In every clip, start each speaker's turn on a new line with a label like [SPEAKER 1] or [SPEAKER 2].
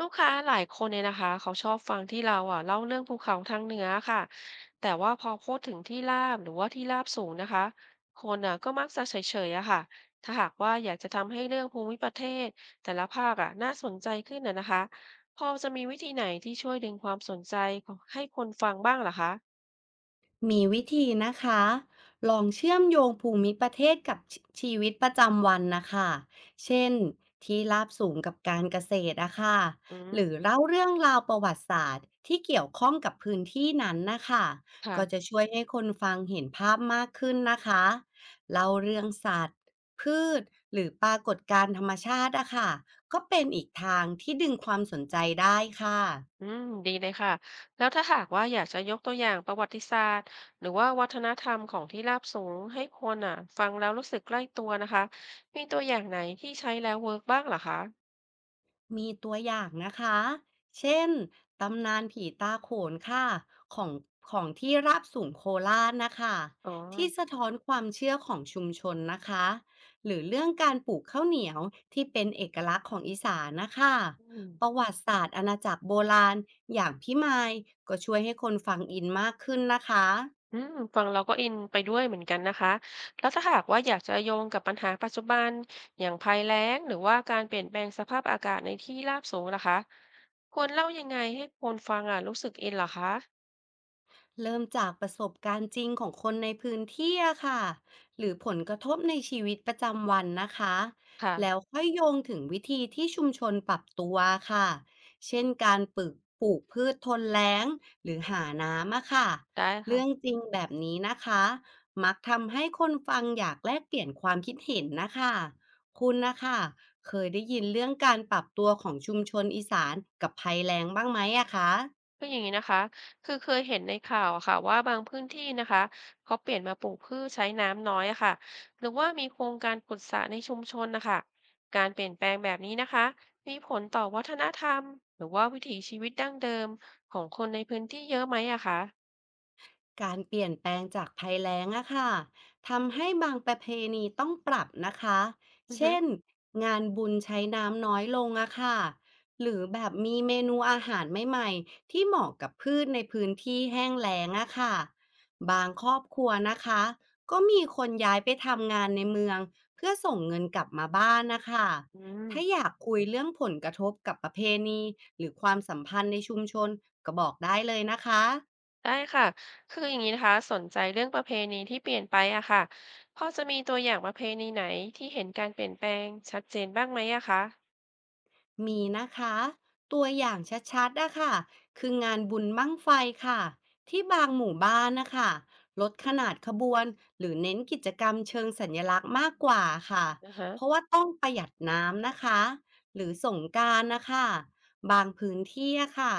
[SPEAKER 1] ลูกค้าหลายคนเนี่ยนะคะเขาชอบฟังที่เราอ่ะเล่าเรื่องภูเขาทางเหนือค่ะแต่ว่าพอพูดถึงที่ราบหรือว่าที่ราบสูงนะคะคนอ่ะก็มักจะเฉยๆอะค่ะถ้าหากว่าอยากจะทำให้เรื่องภูมิประเทศแต่ละภาคอ่ะน่าสนใจขึ้นนะนะคะพอจะมีวิธีไหนที่ช่วยดึงความสนใจของให้คนฟังบ้างเหรอคะ
[SPEAKER 2] มีวิธีนะคะลองเชื่อมโยงภูมิประเทศกับชชีวิตประจำวันนะคะเช่นที่ราบสูงกับการเกษตรนะคะ
[SPEAKER 1] อื
[SPEAKER 2] หรื
[SPEAKER 1] ม
[SPEAKER 2] อเล่าเรื่องราวประวัติศาสตร์ที่เกี่ยวข้องกับพื้นที่นั้นนะคะก็จะ
[SPEAKER 1] ค่ะ
[SPEAKER 2] ช่วยให้คนฟังเห็นภาพมากขึ้นนะคะเล่าเรื่องสัตว์พืชหรือปรากฏการณ์ธรรมชาติอะค่ะก็เป็นอีกทางที่ดึงความสนใจได้ค่ะ
[SPEAKER 1] อืมดีเลยค่ะแล้วถ้าหากว่าอยากจะยกตัวอย่างประวัติศาสตร์หรือว่าวัฒนธรรมของที่ราบสูงให้คนอ่ะฟังแล้วรู้สึกใกล้ตัวนะคะมีตัวอย่างไหนที่ใช้แล้วเวิร์กบ้างเหรอคะ
[SPEAKER 2] มีตัวอย่างนะคะ เช่น ตำนานผีตาโขนค่ะ ของของที่ราบสูงโคราชนะคะ
[SPEAKER 1] อ๋อ
[SPEAKER 2] ที่สะท้อนความเชื่อของชุมชนนะคะ หรือเรื่องการปลูกข้าวเหนียวที่เป็นเอกลักษณ์ของอีสานนะคะ
[SPEAKER 1] อืม
[SPEAKER 2] ประวัติศาสตร์อาณาจักรโบราณอย่างพี่มายก็ช่วยให้คนฟังอินมากขึ้นนะคะ
[SPEAKER 1] อืมฟังเราก็อินไปด้วยเหมือนกันนะคะแล้วถ้าหากว่าอยากจะโยงกับปัญหาปัจจุบันอย่างภัยแล้งหรือว่าการเปลี่ยนแปลงสภาพอากาศในที่ราบสูงนะคะควรเล่ายังไงให้คนฟังอ่ะรู้สึกอินเหรอคะ
[SPEAKER 2] เริ่มจากประสบการณ์จริงของคนในพื้นที่อะค่ะหรือผลกระทบในชีวิตประจำวันนะคะแล้ว
[SPEAKER 1] ค่ะ
[SPEAKER 2] ค่อยโยงถึงวิธีที่ชุมชนปรับตัวค่ะเช่นการปลูกพืชทนแล้งหรือหาน้ำอะค่ะ
[SPEAKER 1] ได้
[SPEAKER 2] เรื่อง
[SPEAKER 1] ค่ะ
[SPEAKER 2] จริงแบบนี้นะคะมักทำให้คนฟังอยากแลกเปลี่ยนความคิดเห็นนะคะคุณนะคะเคยได้ยินเรื่องการปรับตัวของชุมชนอีสานกับภัยแล้งบ้างไหมอะคะ
[SPEAKER 1] คืออย่างนี้นะคะ คือเคยเห็นในข่าวอะค่ะว่าบางพื้นที่นะคะเขาเปลี่ยนมาปลูกพืชใช้น้ำน้อยอะค่ะหรือว่ามีโครงการขุดสระในชุมชนนะคะการเปลี่ยนแปลงแบบนี้นะคะมีผลต่อวัฒนธรรมหรือว่าวิถีชีวิตดั้งเดิมของคนในพื้นที่เยอะไหมอะคะ
[SPEAKER 2] การเปลี่ยนแปลงจากภัยแล้งอะค่ะทำให้บางประเพณีต้องปรับนะคะ
[SPEAKER 1] อือฮึ
[SPEAKER 2] เช่นงานบุญใช้น้ำน้อยลงอะค่ะหรือแบบมีเมนูอาหารใหม่ๆที่เหมาะกับพืชในพื้นที่แห้งแล้งอะค่ะบางครอบครัวนะคะก็มีคนย้ายไปทำงานในเมืองเพื่อส่งเงินกลับมาบ้านนะคะ
[SPEAKER 1] อื
[SPEAKER 2] ถ้าอ
[SPEAKER 1] ม
[SPEAKER 2] ยากคุยเรื่องผลกระทบกับประเพณีหรือความสัมพันธ์ในชุมชนก็บอกได้เลยนะคะ
[SPEAKER 1] ได้ค่ะคืออย่างนี้นะคะสนใจเรื่องประเพณีที่เปลี่ยนไปอะค่ะพอจะมีตัวอย่างประเพณีไหนที่เห็นการเปลี่ยนแปลงชัดเจนบ้างไหมอะคะ
[SPEAKER 2] มีนะคะตัวอย่างชัดๆนะคะคืองานบุญบั้งไฟค่ะที่บางหมู่บ้านนะคะลดขนาดขบวนหรือเน้นกิจกรรมเชิงสัญลักษณ์มากกว่าค่ะ
[SPEAKER 1] อือฮะ
[SPEAKER 2] เพราะว่าต้องประหยัดน้ำนะคะหรือสงกรานต์นะคะบางพื้นที่อะค่ะ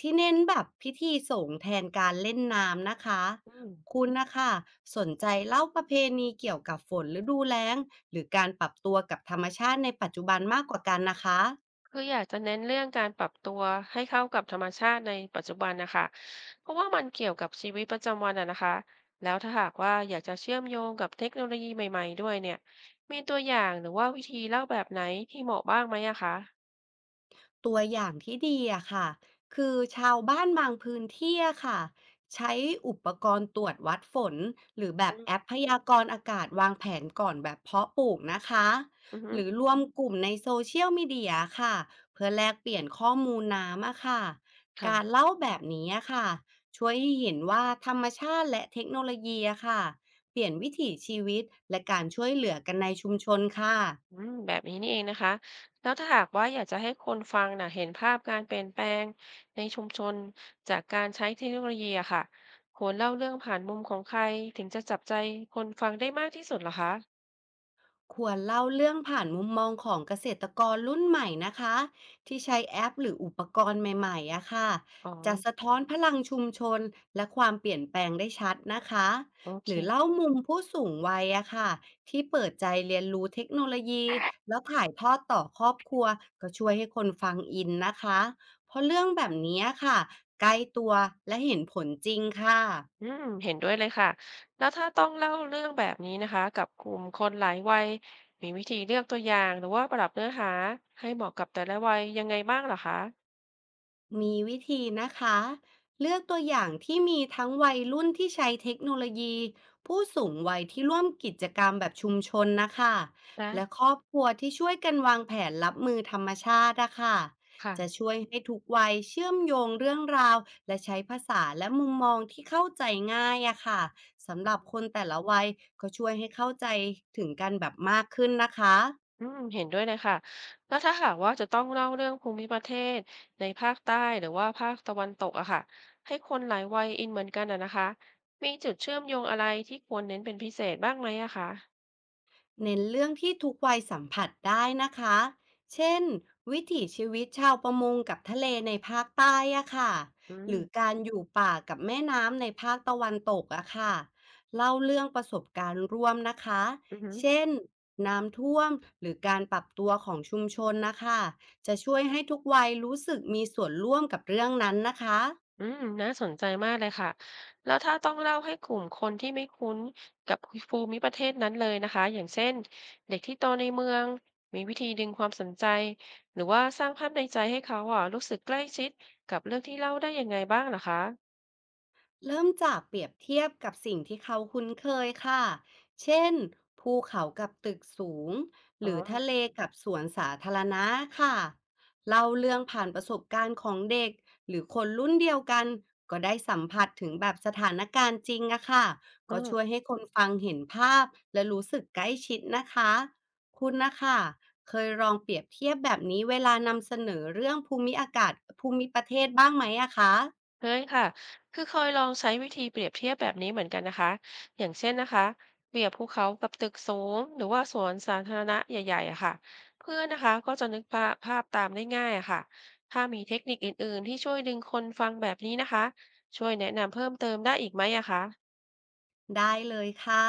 [SPEAKER 2] ที่เน้นแบบพิธีสงฆ์แทนการเล่นน้ำนะคะ
[SPEAKER 1] อืม
[SPEAKER 2] คุณนะคะสนใจเล่าประเพณีเกี่ยวกับฝนฤดูแล้งหรือการปรับตัวกับธรรมชาติในปัจจุบันมากกว่ากันนะคะ
[SPEAKER 1] คืออยากจะเน้นเรื่องการปรับตัวให้เข้ากับธรรมชาติในปัจจุบันนะคะเพราะว่ามันเกี่ยวกับชีวิตประจำวันอะนะคะแล้วถ้าหากว่าอยากจะเชื่อมโยงกับเทคโนโลยีใหม่ๆด้วยเนี่ยมีตัวอย่างหรือว่าวิธีเล่าแบบไหนที่เหมาะบ้างไหมอะคะ
[SPEAKER 2] ตัวอย่างที่ดีอะค่ะคือชาวบ้านบางพื้นที่อะค่ะใช้อุปกรณ์ตรวจวัดฝนหรือแบ
[SPEAKER 1] อื
[SPEAKER 2] บแอ
[SPEAKER 1] ม
[SPEAKER 2] ปพยากรณ์อากาศวางแผนก่อนแบบเพาะปลูกนะคะ
[SPEAKER 1] อือฮึ
[SPEAKER 2] หรือรวมกลุ่มในโซเชียลมีเดียค่ะเพื่อแลกเปลี่ยนข้อมูลน้ำอะค่ะการ
[SPEAKER 1] ค่ะ
[SPEAKER 2] เล่าแบบนี้อะค่ะช่วยให้เห็นว่าธรรมชาติและเทคโนโลยีอะค่ะเปลี่ยนวิถีชีวิตและการช่วยเหลือกันในชุมชนค่ะ
[SPEAKER 1] อืมแบบนี้นี่เองนะคะแล้วถ้าหากว่าอยากจะให้คนฟังน่ะเห็นภาพการเปลี่ยนแปลงในชุมชนจากการใช้เทคโนโลยีอะค่ะควรเล่าเรื่องผ่านมุมของใครถึงจะจับใจคนฟังได้มากที่สุดเหรอคะ
[SPEAKER 2] ควรเล่าเรื่องผ่านมุมมองของเกษตรกรรุ่นใหม่นะคะที่ใช้แอปหรืออุปกรณ์ใหม่ๆอะค่ะ
[SPEAKER 1] อ๋อ
[SPEAKER 2] จะสะท้อนพลังชุมชนและความเปลี่ยนแปลงได้ชัดนะคะ
[SPEAKER 1] โอ
[SPEAKER 2] ห
[SPEAKER 1] เค
[SPEAKER 2] รือเล่ามุมผู้สูงวัยอะค่ะที่เปิดใจเรียนรู้เทคโนโลยีแล้วถ่ายทอดต่อครอบครัวก็ช่วยให้คนฟังอินนะคะเพราะเรื่องแบบนี้ค่ะใกล้ตัวและเห็นผลจริงค่
[SPEAKER 1] อื
[SPEAKER 2] ะ
[SPEAKER 1] มเห็นด้วยเลยค่ะแล้วถ้าต้องเล่าเรื่องแบบนี้นะคะกับกลุ่มคนหลายวัยมีวิธีเลือกตัวอย่างหรือว่าปรับเนื้อหาให้เหมาะกับแต่ละวัยยังไงบ้างเหรอคะ
[SPEAKER 2] มีวิธีนะคะเลือกตัวอย่างที่มีทั้งวัยรุ่นที่ใช้เทคโนโลยีผู้สูงวัยที่ร่วมกิจกรรมแบบชุมชนนะคะ
[SPEAKER 1] ได้
[SPEAKER 2] และครอบครัวที่ช่วยกันวางแผนรับมือธรรมชาตินะค่ะ
[SPEAKER 1] ค่ะ
[SPEAKER 2] จะช่วยให้ทุกวัยเชื่อมโยงเรื่องราวและใช้ภาษาและมุมมองที่เข้าใจง่ายอะค่ะสำหรับคนแต่ละวัยก็ช่วยให้เข้าใจถึงกันแบบมากขึ้นนะคะ
[SPEAKER 1] อืมเห็นด้วยเลยค่ะแล้วถ้าหากว่าจะต้องเล่าเรื่องภูมิประเทศในภาคใต้หรือว่าภาคตะวันตกอะค่ะให้คนหลายวัยอินเหมือนกันอะนะคะมีจุดเชื่อมโยงอะไรที่ควรเน้นเป็นพิเศษบ้างไหมอะคะ
[SPEAKER 2] เน้นเรื่องที่ทุกวัยสัมผัสได้นะคะ เช่นวิถีชีวิตชาวประมงกับทะเลในภาคใต้อะค่ะ
[SPEAKER 1] อื
[SPEAKER 2] หรื
[SPEAKER 1] ม
[SPEAKER 2] อการอยู่ป่ากับแม่น้ำในภาคตะวันตกอะค่ะเล่าเรื่องประสบการณ์ร่วมนะคะ
[SPEAKER 1] อือฮึ
[SPEAKER 2] เช่นน้ำท่วมหรือการปรับตัวของชุมชนนะคะ จะช่วยให้ทุกวัยรู้สึกมีส่วนร่วมกับเรื่องนั้นนะคะ
[SPEAKER 1] อืมน่าสนใจมากเลยค่ะ แล้วถ้าต้องเล่าให้กลุ่มคนที่ไม่คุ้นกับภูมิประเทศนั้นเลยนะคะ อย่างเช่นเด็กที่โตในเมือง มีวิธีดึงความสนใจหรือว่าสร้างภาพในใจให้เขาอ่ะรู้สึกใกล้ชิดกับเรื่องที่เล่าได้ยังไงบ้างเหรอคะ
[SPEAKER 2] เริ่มจากเปรียบเทียบกับสิ่งที่เขาคุ้นเคยค่ะเช่นภูเขากับตึกสูง
[SPEAKER 1] อ๋
[SPEAKER 2] ห
[SPEAKER 1] อ
[SPEAKER 2] รือทะเลกับสวนสาธารณะค่ะเล่าเรื่องผ่านประสบการณ์ของเด็กหรือคนรุ่นเดียวกันก็ได้สัมผัสถึงแบบสถานการณ์จริงอะค่ะ
[SPEAKER 1] อื
[SPEAKER 2] ก็ช่วย
[SPEAKER 1] ม
[SPEAKER 2] ให้คนฟังเห็นภาพและรู้สึกใกล้ชิดนะคะคุณนะคะเคยลองเปรียบเทียบแบบนี้เวลานำเสนอเรื่องภูมิอากาศภูมิประเทศบ้างไหมอะคะ
[SPEAKER 1] เคยค่ะคือเคยลองใช้วิธีเปรียบเทียบแบบนี้เหมือนกันนะคะ อย่างเช่นนะคะเปรียบภูเขากับตึกสูงหรือว่าสวนสาธารณะใหญ่ๆอะค่ะ เพื่อนนะคะก็จะนึกภาพตามได้ง่ายอะค่ะ ถ้ามีเทคนิคอื่นๆที่ช่วยดึงคนฟังแบบนี้นะคะ ช่วยแนะนำเพิ่มเติมได้อีกไหมอะคะ
[SPEAKER 2] ได้เลยค่ะ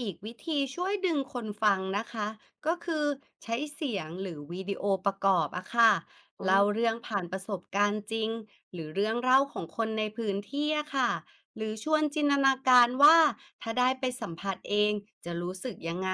[SPEAKER 2] อีกวิธีช่วยดึงคนฟังนะคะก็คือใช้เสียงหรือวิดีโอประกอบอะค่ะ
[SPEAKER 1] อื
[SPEAKER 2] เล่า
[SPEAKER 1] ม
[SPEAKER 2] เรื่องผ่านประสบการณ์จริงหรือเรื่องเล่าของคนในพื้นที่อะค่ะหรือชวนจินตนาการว่าถ้าได้ไปสัมผัสเองจะรู้สึกยังไง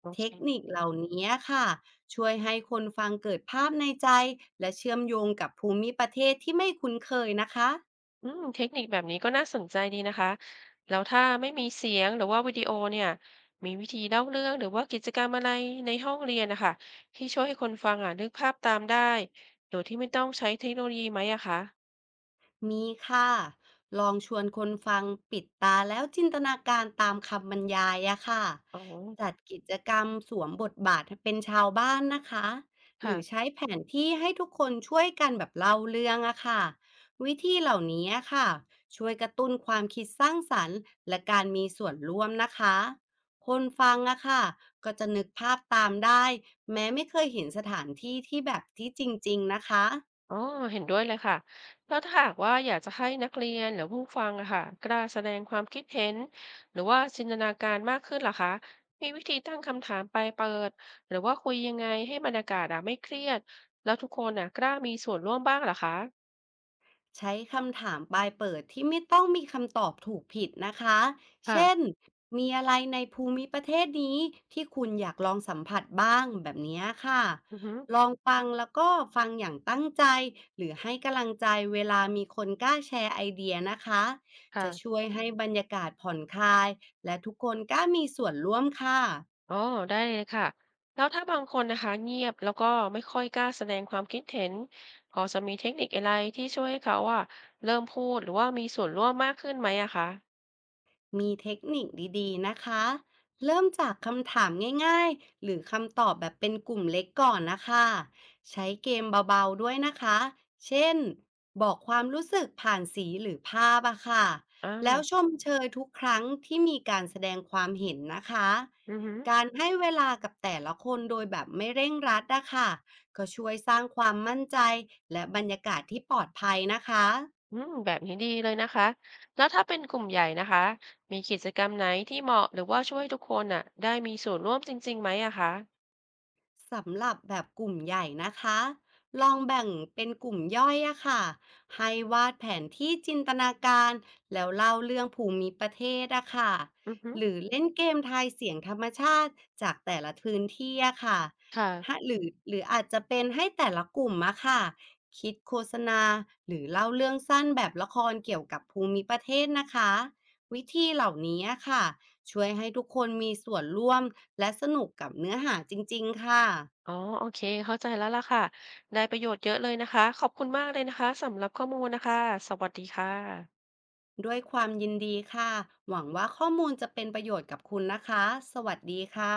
[SPEAKER 1] โอ
[SPEAKER 2] เท
[SPEAKER 1] เค
[SPEAKER 2] คนิคเหล่านี้ค่ะช่วยให้คนฟังเกิดภาพในใจและเชื่อมโยงกับภูมิประเทศที่ไม่คุ้นเคยนะคะ
[SPEAKER 1] อืมเทคนิคแบบนี้ก็น่าสนใจดีนะคะ แล้วถ้าไม่มีเสียงหรือว่าวิดีโอเนี่ย มีวิธีเล่าเรื่องหรือว่ากิจกรรมอะไรในห้องเรียนนะคะ ที่ช่วยให้คนฟังอ่ะนึกภาพตามได้ โดยที่ไม่ต้องใช้เทคโนโลยีไหมอะคะ
[SPEAKER 2] มีค่ะลองชวนคนฟังปิดตาแล้วจินตนาการตามคำบรรยายอะค่ะ
[SPEAKER 1] อ๋อ
[SPEAKER 2] จัดกิจกรรมสวมบทบาทเป็นชาวบ้านนะคะห
[SPEAKER 1] ค่ะ
[SPEAKER 2] รือใช้แผนที่ให้ทุกคนช่วยกันแบบเล่าเรื่องอะค่ะวิธีเหล่านี้อะค่ะช่วยกระตุ้นความคิดสร้างสรรค์และการมีส่วนร่วมนะคะคนฟังอะค่ะก็จะนึกภาพตามได้แม้ไม่เคยเห็นสถานที่ที่แบบที่จริงๆนะคะ
[SPEAKER 1] อ๋อเห็นด้วยเลยค่ะแล้วถ้าหากว่าอยากจะให้นักเรียนหรือผู้ฟังอะค่ะกล้าแสดงความคิดเห็นหรือว่าจินตนาการมากขึ้นล่ะคะมีวิธีตั้งคำถามไปลายเปิดหรือว่าคุยยังไงให้บรรยากาศอะไม่เครียดแล้วทุกคนอะกล้ามีส่วนร่วมบ้างล่ะคะ
[SPEAKER 2] ใช้คำถามปลายเปิดที่ไม่ต้องมีคำตอบถูกผิดนะคะ เช่น
[SPEAKER 1] ค่ะ
[SPEAKER 2] มีอะไรในภูมิประเทศนี้ที่คุณอยากลองสัมผัสบ้างแบบนี้ค่ะ
[SPEAKER 1] อือฮึ
[SPEAKER 2] ลองฟังแล้วก็ฟังอย่างตั้งใจหรือให้กำลังใจเวลามีคนกล้าแชร์ไอเดียนะคะ จะ
[SPEAKER 1] ค่ะ
[SPEAKER 2] ช่วยให้บรรยากาศผ่อนคลายและทุกคนกล้ามีส่วนร่วมค่ะ
[SPEAKER 1] อ๋อได้เลยค่ะแล้วถ้าบางคนนะคะเงียบแล้วก็ไม่ค่อยกล้าแสดงความคิดเห็นพอจะมีเทคนิคอะไรที่ช่วยให้เขาอะเริ่มพูดหรือว่ามีส่วนร่วมมากขึ้นไหมอะคะ
[SPEAKER 2] มีเทคนิคดีๆนะคะเริ่มจากคำถามง่ายๆหรือคำตอบแบบเป็นกลุ่มเล็กก่อนนะคะใช้เกมเบาๆด้วยนะคะเช่นบอกความรู้สึกผ่านสีหรือภาพอะค่ะ
[SPEAKER 1] อ่
[SPEAKER 2] แล้วช
[SPEAKER 1] า
[SPEAKER 2] มเชยทุกครั้งที่มีการแสดงความเห็นนะคะ
[SPEAKER 1] อือฮึ
[SPEAKER 2] การให้เวลากับแต่ละคนโดยแบบไม่เร่งรัดนะคะก็ช่วยสร้างความมั่นใจและบรรยากาศที่ปลอดภัยนะคะ
[SPEAKER 1] อืมแบบนี้ดีเลยนะคะแล้วถ้าเป็นกลุ่มใหญ่นะคะมีกิจกรรมไหนที่เหมาะหรือว่าช่วยทุกคนอ่ะได้มีส่วนร่วมจริงๆไหมอะคะ
[SPEAKER 2] สำหรับแบบกลุ่มใหญ่นะคะลองแบ่งเป็นกลุ่มย่อยอะค่ะให้วาดแผนที่จินตนาการแล้วเล่าเรื่องภูมิประเทศอะค่ะ
[SPEAKER 1] อือฮึ
[SPEAKER 2] หรือเล่นเกมทายเสียงธรรมชาติจากแต่ละพื้นที่อะค่ะ
[SPEAKER 1] ค่ะ
[SPEAKER 2] ฮะหรืออาจจะเป็นให้แต่ละกลุ่มอะค่ะคิดโฆษณาหรือเล่าเรื่องสั้นแบบละครเกี่ยวกับภูมิประเทศนะคะวิธีเหล่านี้อะค่ะช่วยให้ทุกคนมีส่วนร่วม และสนุกกับเนื้อหาจริงๆค่ะ
[SPEAKER 1] อ๋อโอเคเข้าใจแล้วล่ะค่ะได้ประโยชน์เยอะเลยนะคะขอบคุณมากเลยนะคะสำหรับข้อมูลนะคะสวัสดีค่ะ
[SPEAKER 2] ด้วยความยินดีค่ะ หวังว่าข้อมูลจะเป็นประโยชน์กับคุณนะคะ สวัสดีค่ะ